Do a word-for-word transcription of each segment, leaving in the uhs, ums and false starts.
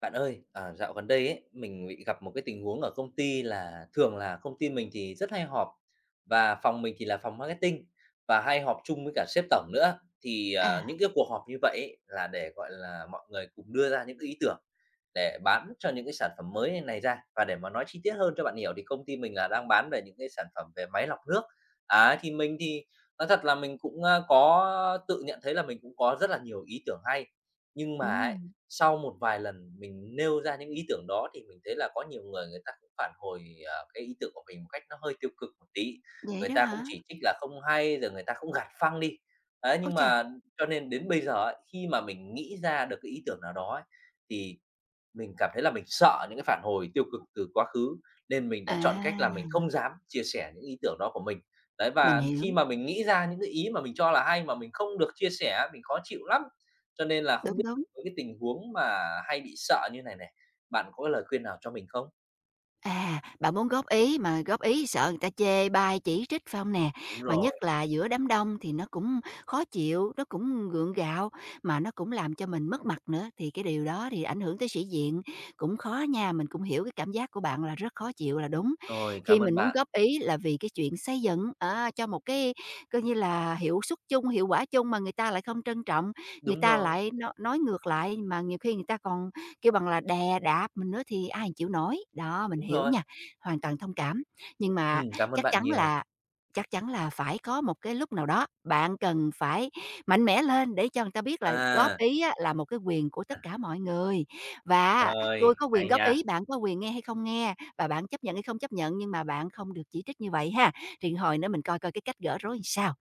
Bạn ơi, à, dạo gần đây ấy, mình bị gặp một cái tình huống ở công ty là thường là công ty mình thì rất hay họp, và phòng mình thì là phòng marketing và hay họp chung với cả sếp tổng nữa. Thì à, À, những cái cuộc họp như vậy ấy, là để gọi là mọi người cùng đưa ra những cái ý tưởng để bán cho những cái sản phẩm mới này ra. Và để mà nói chi tiết hơn cho bạn hiểu thì công ty mình là đang bán về những cái sản phẩm về máy lọc nước. À thì mình thì nói thật là mình cũng à, có tự nhận thấy là mình cũng có rất là nhiều ý tưởng hay, nhưng mà ấy, ừm, sau một vài lần mình nêu ra những ý tưởng đó thì mình thấy là có nhiều người người ta cũng phản hồi ờ, cái ý tưởng của mình một cách nó hơi tiêu cực một tí. vậy Người đó ta cũng hả? chỉ trích là không hay, rồi người ta cũng gạt phăng đi. Đấy, Ôi nhưng chà! mà cho nên đến bây giờ ấy, khi mà mình nghĩ ra được cái ý tưởng nào đó ấy, thì mình cảm thấy là mình sợ những cái phản hồi tiêu cực từ quá khứ, nên mình đã chọn cách là mình À, không dám chia sẻ những ý tưởng đó của mình. Đấy, mình và hiểu, khi mà mình nghĩ ra những cái ý mà mình cho là hay mà mình không được chia sẻ, mình khó chịu lắm. Cho nên là không đúng, biết đúng. với cái tình huống mà hay bị sợ như này này, bạn có cái lời khuyên nào cho mình không? À, bạn muốn góp ý mà góp ý sợ người ta chê bai, chỉ trích phải không nè? Đúng Mà rồi. nhất là giữa đám đông thì nó cũng khó chịu, nó cũng gượng gạo, mà nó cũng làm cho mình mất mặt nữa, thì cái điều đó thì ảnh hưởng tới sĩ diện, cũng khó nha. Mình cũng hiểu cái cảm giác của bạn là rất khó chịu là đúng. Rồi, Khi cảm ơn mình muốn bạn. góp ý là vì cái chuyện xây dựng, à, cho một cái coi như là hiệu suất chung, hiệu quả chung mà người ta lại không trân trọng, người Đúng ta rồi, lại nói nói ngược lại, mà nhiều khi người ta còn kêu bằng là đè đạp mình nữa thì ai chịu nổi. Đó, mình đúng hiểu rồi. nha, hoàn toàn thông cảm. Nhưng mà Ừm, cảm ơn chắc bạn chắn nhiều. là chắc chắn là phải có một cái lúc nào đó bạn cần phải mạnh mẽ lên để cho người ta biết là góp À, ý á là một cái quyền của tất cả mọi người. Và tôi rồi, có quyền hay góp ý, nha. bạn có quyền nghe hay không nghe, và bạn chấp nhận hay không chấp nhận, nhưng mà bạn không được chỉ trích như vậy ha. Thì hồi nữa mình coi coi cái cách gỡ rối làm sao.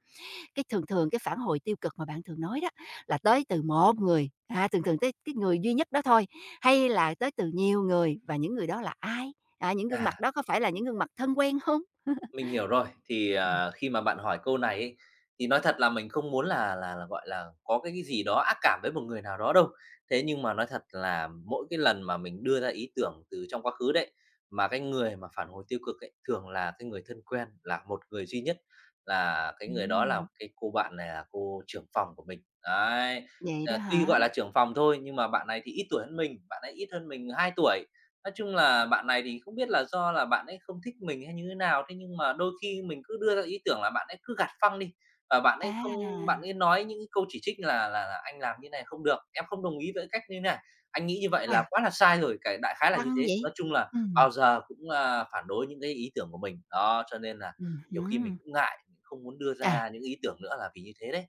Cái thường thường cái phản hồi tiêu cực mà bạn thường nói đó là tới từ một người, à, thường thường tới cái người duy nhất đó thôi, hay là tới từ nhiều người và những người đó là ai? À, những gương À. mặt đó có phải là những gương mặt thân quen không? Mình hiểu rồi. Thì Ừm. à, khi mà bạn hỏi câu này ấy, thì nói thật là mình không muốn là là là, gọi là có cái cái gì đó ác cảm với một người nào đó đâu. Thế nhưng mà nói thật là mỗi cái lần mà mình đưa ra ý tưởng từ trong quá khứ đấy, mà cái người mà phản hồi tiêu cực ấy, thường là cái người thân quen, là một người duy nhất, là cái người đó, là Ừm. cái cô bạn này, là cô trưởng phòng của mình. Đấy, Vậy đó ờ, tuy hả? gọi là trưởng phòng thôi nhưng mà bạn này thì ít tuổi hơn mình, bạn ấy ít hơn mình hai tuổi. Nói chung là bạn này thì không biết là do là bạn ấy không thích mình hay như thế nào, thế nhưng mà đôi khi mình cứ đưa ra ý tưởng là bạn ấy cứ gạt phăng đi, và bạn ấy không bạn À. ấy nói những cái câu chỉ trích là là là "Anh làm như này không được, em không đồng ý với cách như này, anh nghĩ như vậy là À. quá là sai rồi." Cái đại khái là như Căng thế. vậy? Nói chung là Ừm, bao giờ cũng a, phản đối những cái ý tưởng của mình. Đó, cho nên là ừm nhiều khi mình hứm. cũng ngại, mình không muốn đưa À. ra những ý tưởng nữa là vì như thế đấy.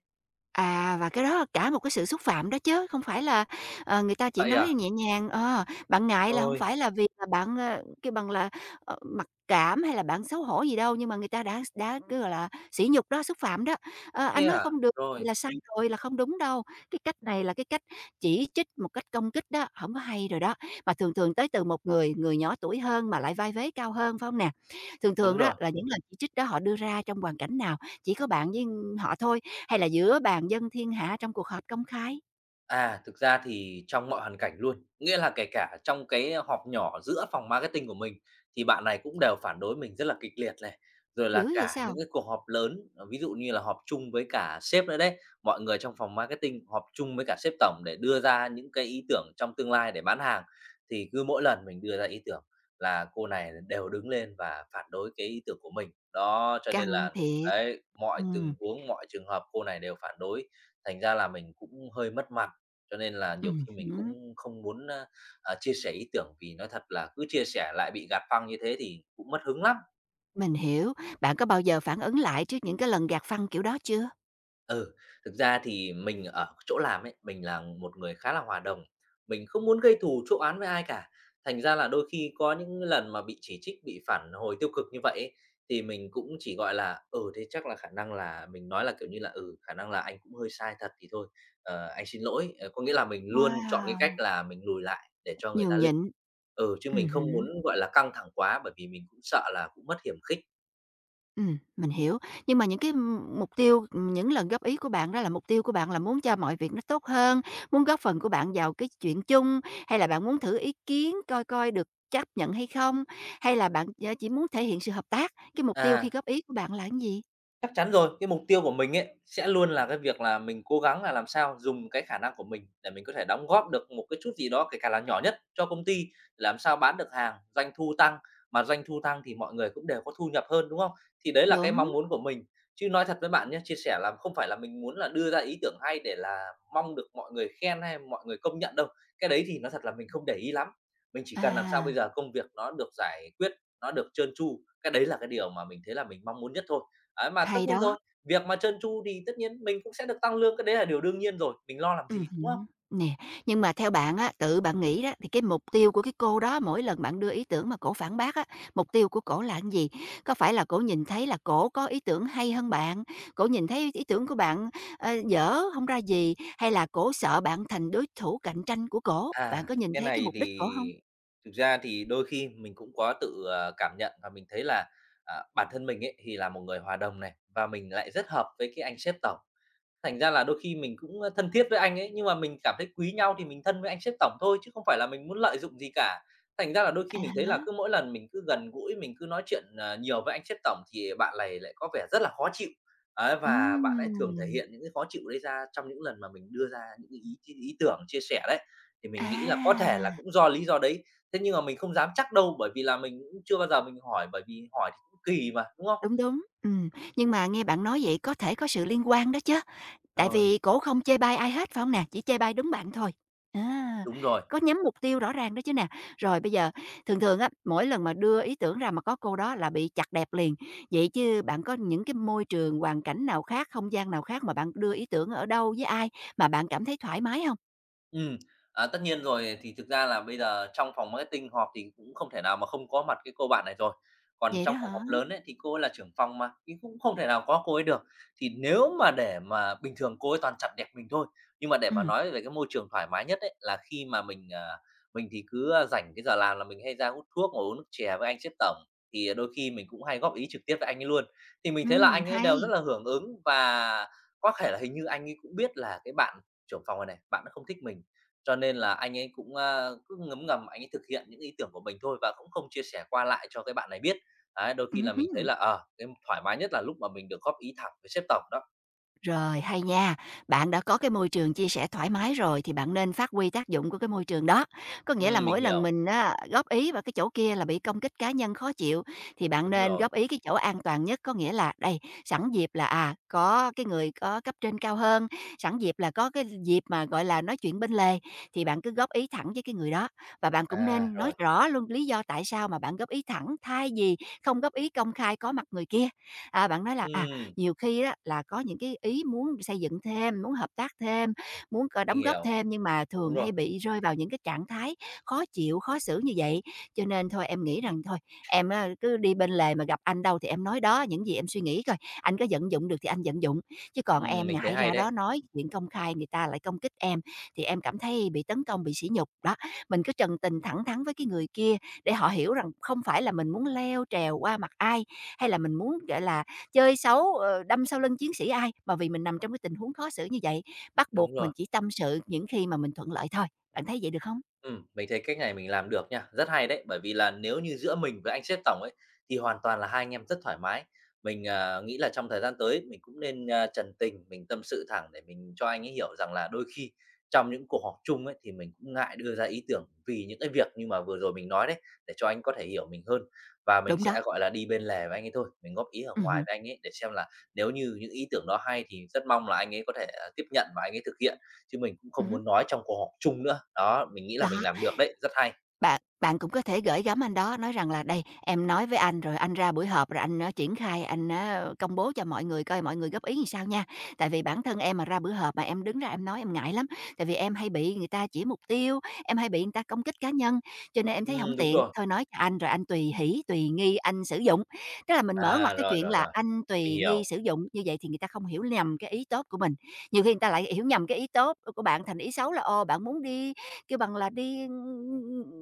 À, và cái đó là cả một cái sự xúc phạm đó chứ, không phải là, ờ, người ta chỉ Vậy nói à? nhẹ nhàng, ờ, bạn ngại là không Rồi. phải là vì là bạn, ờ, kêu bằng là, ờ, mặc cảm hay là bạn xấu hổ gì đâu, nhưng mà người ta đã đã, cái gọi là, sỉ nhục đó, xúc phạm đó. "Ờ, Thế anh nói à? không được Rồi, vậy là sai rồi" là không đúng đâu. Cái cách này là cái cách chỉ trích một cách công kích đó, không có hay rồi đó, mà thường thường tới từ một người, người nhỏ tuổi hơn mà lại vai vế cao hơn, phải không nè? Thường đúng thường đó rồi. là những lời chỉ trích đó họ đưa ra trong hoàn cảnh nào? Chỉ có bạn với họ thôi, hay là giữa bàn dân thiên hạ trong cuộc họp công khai? À, thực ra thì trong mọi hoàn cảnh luôn, nghĩa là kể cả trong cái họp nhỏ giữa phòng marketing của mình thì bạn này cũng đều phản đối mình rất là kịch liệt này, rồi Dữ là vậy cả sao? những cái cuộc họp lớn, ờ, ví dụ như là họp chung với cả sếp nữa đấy, mọi người trong phòng marketing họp chung với cả sếp tổng để đưa ra những cái ý tưởng trong tương lai để bán hàng, thì cứ mỗi lần mình đưa ra ý tưởng là cô này đều đứng lên và phản đối cái ý tưởng của mình. Đó, cho nên Căng là thiệt. đấy, mọi Ừm, tình huống, mọi trường hợp cô này đều phản đối, thành ra là mình cũng hơi mất mặt, cho nên là nhiều ừm khi mình hứm, cũng không muốn a, à, chia sẻ ý tưởng, vì nói thật là cứ chia sẻ lại bị gạt phăng như thế thì cũng mất hứng lắm. mình hiểu. Bạn có bao giờ phản ứng lại trước những cái lần gạt phăng kiểu đó chưa? Ừ, thực ra thì mình ở chỗ làm ấy, mình là một người khá là hòa đồng, mình không muốn gây thù chuốc oán với ai cả. Thành ra là đôi khi có những lần mà bị chỉ trích, bị phản hồi tiêu cực như vậy ấy, thì mình cũng chỉ, gọi là, ừ, thế chắc là khả năng là mình nói là, kiểu như là, ừ, khả năng là anh cũng hơi sai thật thì thôi, ờ, anh xin lỗi. Ờ, có nghĩa là mình luôn chọn cái cách Wow, là mình lùi lại để cho người ta nhường lên. nhịn. Ừ, chứ Ừm mình không muốn, hứm. gọi là, căng thẳng quá bởi vì mình cũng sợ là cũng mất hiểm khích. Ừm, mình hiểu. Nhưng mà những cái, ưm, mục tiêu, những lần góp ý của bạn đó là mục tiêu của bạn là muốn cho mọi việc nó tốt hơn, muốn góp phần của bạn vào cái chuyện chung, hay là bạn muốn thử ý kiến coi coi được chấp nhận hay không? Hay là bạn, ờ, chỉ muốn thể hiện sự hợp tác? Cái mục tiêu khi À. góp ý của bạn là cái gì? Chắc chắn rồi, cái mục tiêu của mình ấy sẽ luôn là cái việc là mình cố gắng là làm sao dùng cái khả năng của mình để mình có thể đóng góp được một cái chút gì đó, kể cả là nhỏ nhất cho công ty, làm sao bán được hàng, doanh thu tăng, mà doanh thu tăng thì mọi người cũng đều có thu nhập hơn, đúng không? Thì đấy là cái Đúng, mong muốn của mình. Chứ nói thật với bạn nhé, chia sẻ là không phải là mình muốn là đưa ra ý tưởng hay để là mong được mọi người khen hay mọi người công nhận đâu. Cái đấy thì nói thật là mình không để ý lắm. Mình chỉ cần làm sao à, bây giờ công việc nó được giải quyết, nó được trơn tru, cái đấy là cái điều mà mình thấy là mình mong muốn nhất thôi. Đấy, mà tất hay nhiên đó. rồi, việc mà trơn tru thì tất nhiên mình cũng sẽ được tăng lương, cái đấy là điều đương nhiên rồi, mình lo làm Ừm gì, đúng không? hứm. Nè, nhưng mà theo bạn á, tự bạn nghĩ đó, thì cái mục tiêu của cái cô đó mỗi lần bạn đưa ý tưởng mà cổ phản bác á, mục tiêu của cổ là cái gì? Có phải là cổ nhìn thấy là cổ có ý tưởng hay hơn bạn, cổ nhìn thấy ý tưởng của bạn, ờ, dở, không ra gì, hay là cổ sợ bạn thành đối thủ cạnh tranh của cổ? À, Bạn có nhìn cái thấy cái này mục đích cổ thì không? thực ra thì đôi khi mình cũng có tự, ờ, cảm nhận và mình thấy là à, bản thân mình ấy thì là một người hòa đồng này, và mình lại rất hợp với cái anh sếp tổng. Thành ra là đôi khi mình cũng thân thiết với anh ấy, nhưng mà mình cảm thấy quý nhau thì mình thân với anh sếp tổng thôi, chứ không phải là mình muốn lợi dụng gì cả. Thành ra là đôi À khi mình thấy há, là cứ mỗi lần mình cứ gần gũi, mình cứ nói chuyện, ờ, nhiều với anh sếp tổng thì bạn này lại có vẻ rất là khó chịu. Ấy, và bạn ấy thường thể ừm, hiện những cái khó chịu đấy ra trong những lần mà mình đưa ra những cái ý ý tưởng chia sẻ đấy. Thì mình nghĩ là có thể là à, cũng do lý do đấy, thế nhưng mà mình không dám chắc đâu, bởi vì là mình cũng chưa bao giờ mình hỏi, bởi vì hỏi thì cũng kỳ mà, đúng không? đúng, đúng, ừm. Nhưng mà nghe bạn nói vậy có thể có sự liên quan đó chứ. Tại Rồi, vì cổ không chê bai ai hết, phải không nè? Chỉ chê bai đúng bạn thôi. À, đúng rồi. có nhắm mục tiêu rõ ràng đó chứ nè. Rồi bây giờ thường thường á, mỗi lần mà đưa ý tưởng ra mà có cô đó là bị chặt đẹp liền. Vậy chứ bạn có những cái môi trường, hoàn cảnh nào khác, không gian nào khác mà bạn đưa ý tưởng ở đâu, với ai mà bạn cảm thấy thoải mái không? Ừm, à, tất nhiên rồi. Thì thực ra là bây giờ trong phòng marketing họp thì cũng không thể nào mà không có mặt cái cô bạn này rồi. Còn Vậy đó trong cuộc hả? họp lớn ấy, thì cô ấy là trưởng phòng mà, thì cũng không thể nào có cô ấy được. Thì nếu mà để mà bình thường cô ấy toàn chặt đẹp mình thôi, nhưng mà để mà Ừm, nói về cái môi trường thoải mái nhất ấy, là khi mà mình à, mình thì cứ a, rảnh cái giờ làm là mình hay ra hút thuốc, ngồi uống nước chè với anh sếp tổng. Thì đôi khi mình cũng hay góp ý trực tiếp với anh ấy luôn. Thì mình thấy là ừm, anh ấy đều rất hay. là hưởng ứng, và có thể là hình như anh ấy cũng biết là cái bạn trưởng phòng này này, bạn nó không thích mình. Cho nên là anh ấy cũng a, cứ ngấm ngầm anh ấy thực hiện những ý tưởng của mình thôi, và cũng không chia sẻ qua lại cho cái bạn này biết. Đấy, đôi khi là mình thấy Ừm. là, ờ, cái thoải mái nhất là lúc mà mình được góp ý thẳng với sếp tổng đó. Rồi, hay nha. Bạn đã có cái môi trường chia sẻ thoải mái rồi thì bạn nên phát huy tác dụng của cái môi trường đó. Có nghĩa là Ừm, mình mỗi lần hiểu, mình á, góp ý vào cái chỗ kia là bị công kích cá nhân khó chịu thì bạn đúng nên rồi. góp ý cái chỗ an toàn nhất, có nghĩa là đây, sẵn dịp là à có cái người có cấp trên cao hơn, sẵn dịp là có cái dịp mà gọi là nói chuyện bên lề thì bạn cứ góp ý thẳng với cái người đó và bạn cũng À, nên nói rồi, rõ luôn lý do tại sao mà bạn góp ý thẳng thay vì không góp ý công khai có mặt người kia. À, bạn nói là à ừm, nhiều khi á là có những cái ý muốn xây dựng thêm, muốn hợp tác thêm, muốn c mình đóng góp hiểu, thêm nhưng mà đúng thường rồi. hay bị rơi vào những cái trạng thái khó chịu, khó xử như vậy. Cho nên thôi em nghĩ rằng thôi, em á cứ đi bên lề mà gặp anh đâu thì em nói đó, những gì em suy nghĩ coi, anh có vận dụng được thì anh vận dụng, chứ còn Ừm, em mình thấy ngại hay ra đó đấy, nói chuyện công khai người ta lại công kích em, thì em cảm thấy bị tấn công, bị sỉ nhục. Đó, mình cứ trần tình thẳng thắn với cái người kia để họ hiểu rằng không phải là mình muốn leo trèo qua mặt ai, hay là mình muốn, gọi là, chơi xấu, ờ, đâm sau lưng chiến sĩ ai, mà vì mình nằm trong cái tình huống khó xử như vậy, bắt buộc đúng mình rồi. chỉ tâm sự những khi mà mình thuận lợi thôi. Bạn thấy vậy được không? Ừm, mình thấy cách này mình làm được nha, rất hay đấy, bởi vì là nếu như giữa mình với anh sếp tổng ấy, thì hoàn toàn là hai anh em rất thoải mái. Mình à, nghĩ là trong thời gian tới mình cũng nên a, trần tình, mình tâm sự thẳng để mình cho anh ấy hiểu rằng là đôi khi trong những cuộc họp chung ấy, thì mình cũng ngại đưa ra ý tưởng vì những cái việc như mà vừa rồi mình nói đấy, để cho anh có thể hiểu mình hơn. Và mình Đúng sẽ, đó. gọi là, đi bên lề với anh ấy thôi, mình góp ý ở Ừm ngoài hứm, với anh ấy để xem là nếu như những ý tưởng đó hay thì rất mong là anh ấy có thể à, tiếp nhận và anh ấy thực hiện, chứ mình cũng ừm không hứm, muốn nói trong cuộc họp chung nữa. Đó, mình nghĩ là đó. mình làm được đấy, rất hay. Bạn bạn cũng có thể gửi gắm anh đó, nói rằng là "Đây, em nói với anh rồi, anh ra buổi họp rồi anh, á, triển khai, anh á, công bố cho mọi người coi mọi người góp ý làm sao nha. Tại vì bản thân em mà ra bữa họp mà em đứng ra em nói em ngại lắm, tại vì em hay bị người ta chỉ mục tiêu, em hay bị người ta công kích cá nhân, cho nên em thấy không Ừm, đúng tiện, rồi. thôi nói cho anh rồi anh tùy hỷ, tùy nghi anh sử dụng." Tức là mình mở À, ngoặt cái rồi, chuyện rồi, là rồi, anh mình tùy nghi hiểu. sử dụng, như vậy thì người ta không hiểu nhầm cái ý tốt của mình. Nhiều khi người ta lại hiểu nhầm cái ý tốt của bạn thành ý xấu là, ồ, bạn muốn đi kêu bằng là đi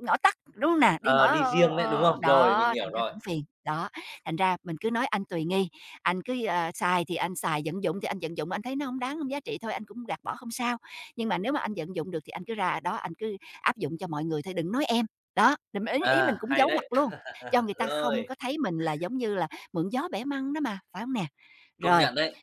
ngõ tắt, đúng hông nè? Đi ngõ Ờ, ờ, đi ờ, riêng đấy, đúng ờ, không? Rồi, mình đó, hiểu thành ra rồi. cũng phiền. Đó, thành ra mình cứ nói anh tùy nghi, anh cứ, ờ, xài thì anh xài, vận dụng thì anh vận dụng, anh thấy nó không đáng, không giá trị thôi anh cũng gạt bỏ không sao. Nhưng mà nếu mà anh vận dụng được thì anh cứ ra đó anh cứ áp dụng cho mọi người thôi, đừng nói em. Đó, thì mình- ý ý mình À, cũng hay giấu đấy. mặt luôn, cho người ta không Rồi, có thấy mình là giống như là mượn gió bẻ măng đó mà, phải không nè? công Rồi. nhận đấy.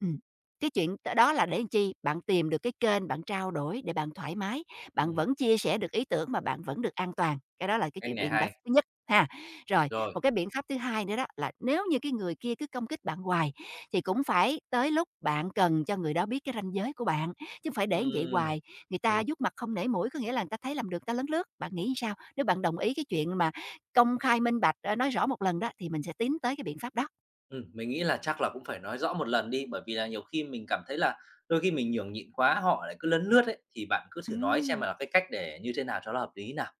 Ừm. Cái chuyện đó là để làm chi? Bạn tìm được cái kênh bạn trao đổi để bạn thoải mái, bạn Ừm, vẫn chia sẻ được ý tưởng mà bạn vẫn được an toàn, cái đó là cái cách chuyện này biện pháp hay. thứ nhất ha. Rồi, Rồi, một cái biện pháp thứ hai nữa đó là nếu như cái người kia cứ công kích bạn hoài thì cũng phải tới lúc bạn cần cho người đó biết cái ranh giới của bạn, chứ không phải để như vậy ừm, hoài, người ta mình vuốt mặt không nể mũi, có nghĩa là người ta thấy làm được người ta lấn lướt. Bạn nghĩ sao? Nếu bạn đồng ý cái chuyện mà công khai minh bạch, ơ, nói rõ một lần đó thì mình sẽ tiến tới cái biện pháp đó. ừm, mình nghĩ là chắc là cũng phải nói rõ một lần đi, bởi vì là nhiều khi mình cảm thấy là đôi khi mình nhường nhịn quá, họ lại cứ lấn lướt ấy, thì bạn cứ thử nói xem Ừm. là cái cách để như thế nào cho nó hợp lý nào.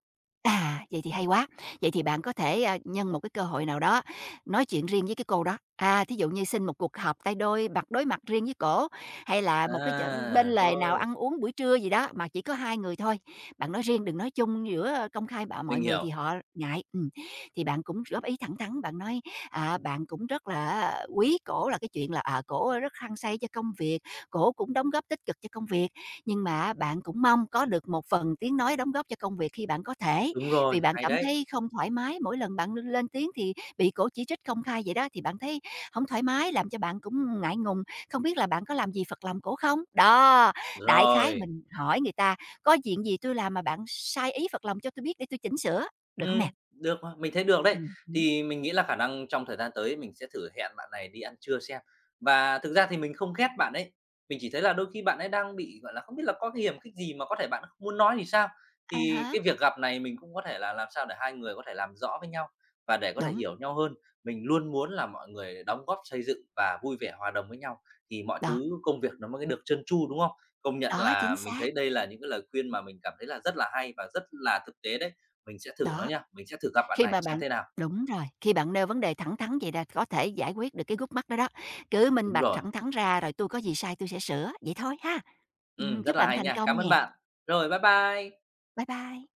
À, vậy thì hay quá. Vậy thì bạn có thể, a, nhân một cái cơ hội nào đó nói chuyện riêng với cái cô đó. À, thí dụ như xin một cuộc họp tay đôi, mặt đối mặt riêng với cổ, hay là một cái ch bên À, lề nào rồi, ăn uống buổi trưa gì đó mà chỉ có hai người thôi. Bạn nói riêng, đừng nói chung giữa công khai bạ mọi mình người hiểu. thì họ ngại. Ừm, thì bạn cũng góp ý thẳng thắn, bạn nói, à, bạn cũng rất là quý cổ là cái chuyện là, à, cổ rất hăng say cho công việc, cổ cũng đóng góp tích cực cho công việc, nhưng mà bạn cũng mong có được một phần tiếng nói đóng góp cho công việc khi bạn có thể, Đúng rồi, vì bạn hay cảm đấy. thấy không thoải mái mỗi lần bạn l lên tiếng thì bị cổ chỉ trích công khai vậy đó, thì bạn thấy không thoải mái, làm cho bạn cũng ngại ngùng, không biết là bạn có làm gì phật lòng cổ không? Đó, đại khái Rồi. mình hỏi người ta: "Có chuyện gì tôi làm mà bạn sai ý phật lòng cho tôi biết để tôi chỉnh sửa", được không nè? Ừm, được mà, mình thấy được đấy. Ừm hứm. Thì mình nghĩ là khả năng trong thời gian tới mình sẽ thử hẹn bạn này đi ăn trưa xem. Và thực ra thì mình không ghét bạn ấy, mình chỉ thấy là đôi khi bạn ấy đang bị, gọi là, không biết là có cái hiềm khích gì mà có thể bạn không muốn nói thì sao. À há, Thì cái việc gặp này mình cũng có thể là làm sao để hai người có thể làm rõ với nhau và để có thể đúng, hiểu nhau hơn. Mình luôn muốn là mọi người đóng góp xây dựng và vui vẻ hòa đồng với nhau thì mọi đó, thứ công việc nó mới được trơn tru, đúng không? Công nhận đó, chính là mình xác, thấy đây là những cái lời khuyên mà mình cảm thấy là rất là hay và rất là thực tế đấy. Mình sẽ thử nó đó. nha, mình sẽ thử gặp bạn Khi này mà xem bạn thế nào. đúng rồi, khi bạn nêu vấn đề thẳng thắn vậy là có thể giải quyết được cái gút mắt đó đó. Cứ minh Đúng bạch rồi, thẳng thắn ra rồi tôi có gì sai tôi sẽ sửa, vậy thôi ha. ừm, Ừm, rất chúc là bạn hay thành nha. Cảm công nè. ơn bạn. Rồi, bye bye. Bye bye.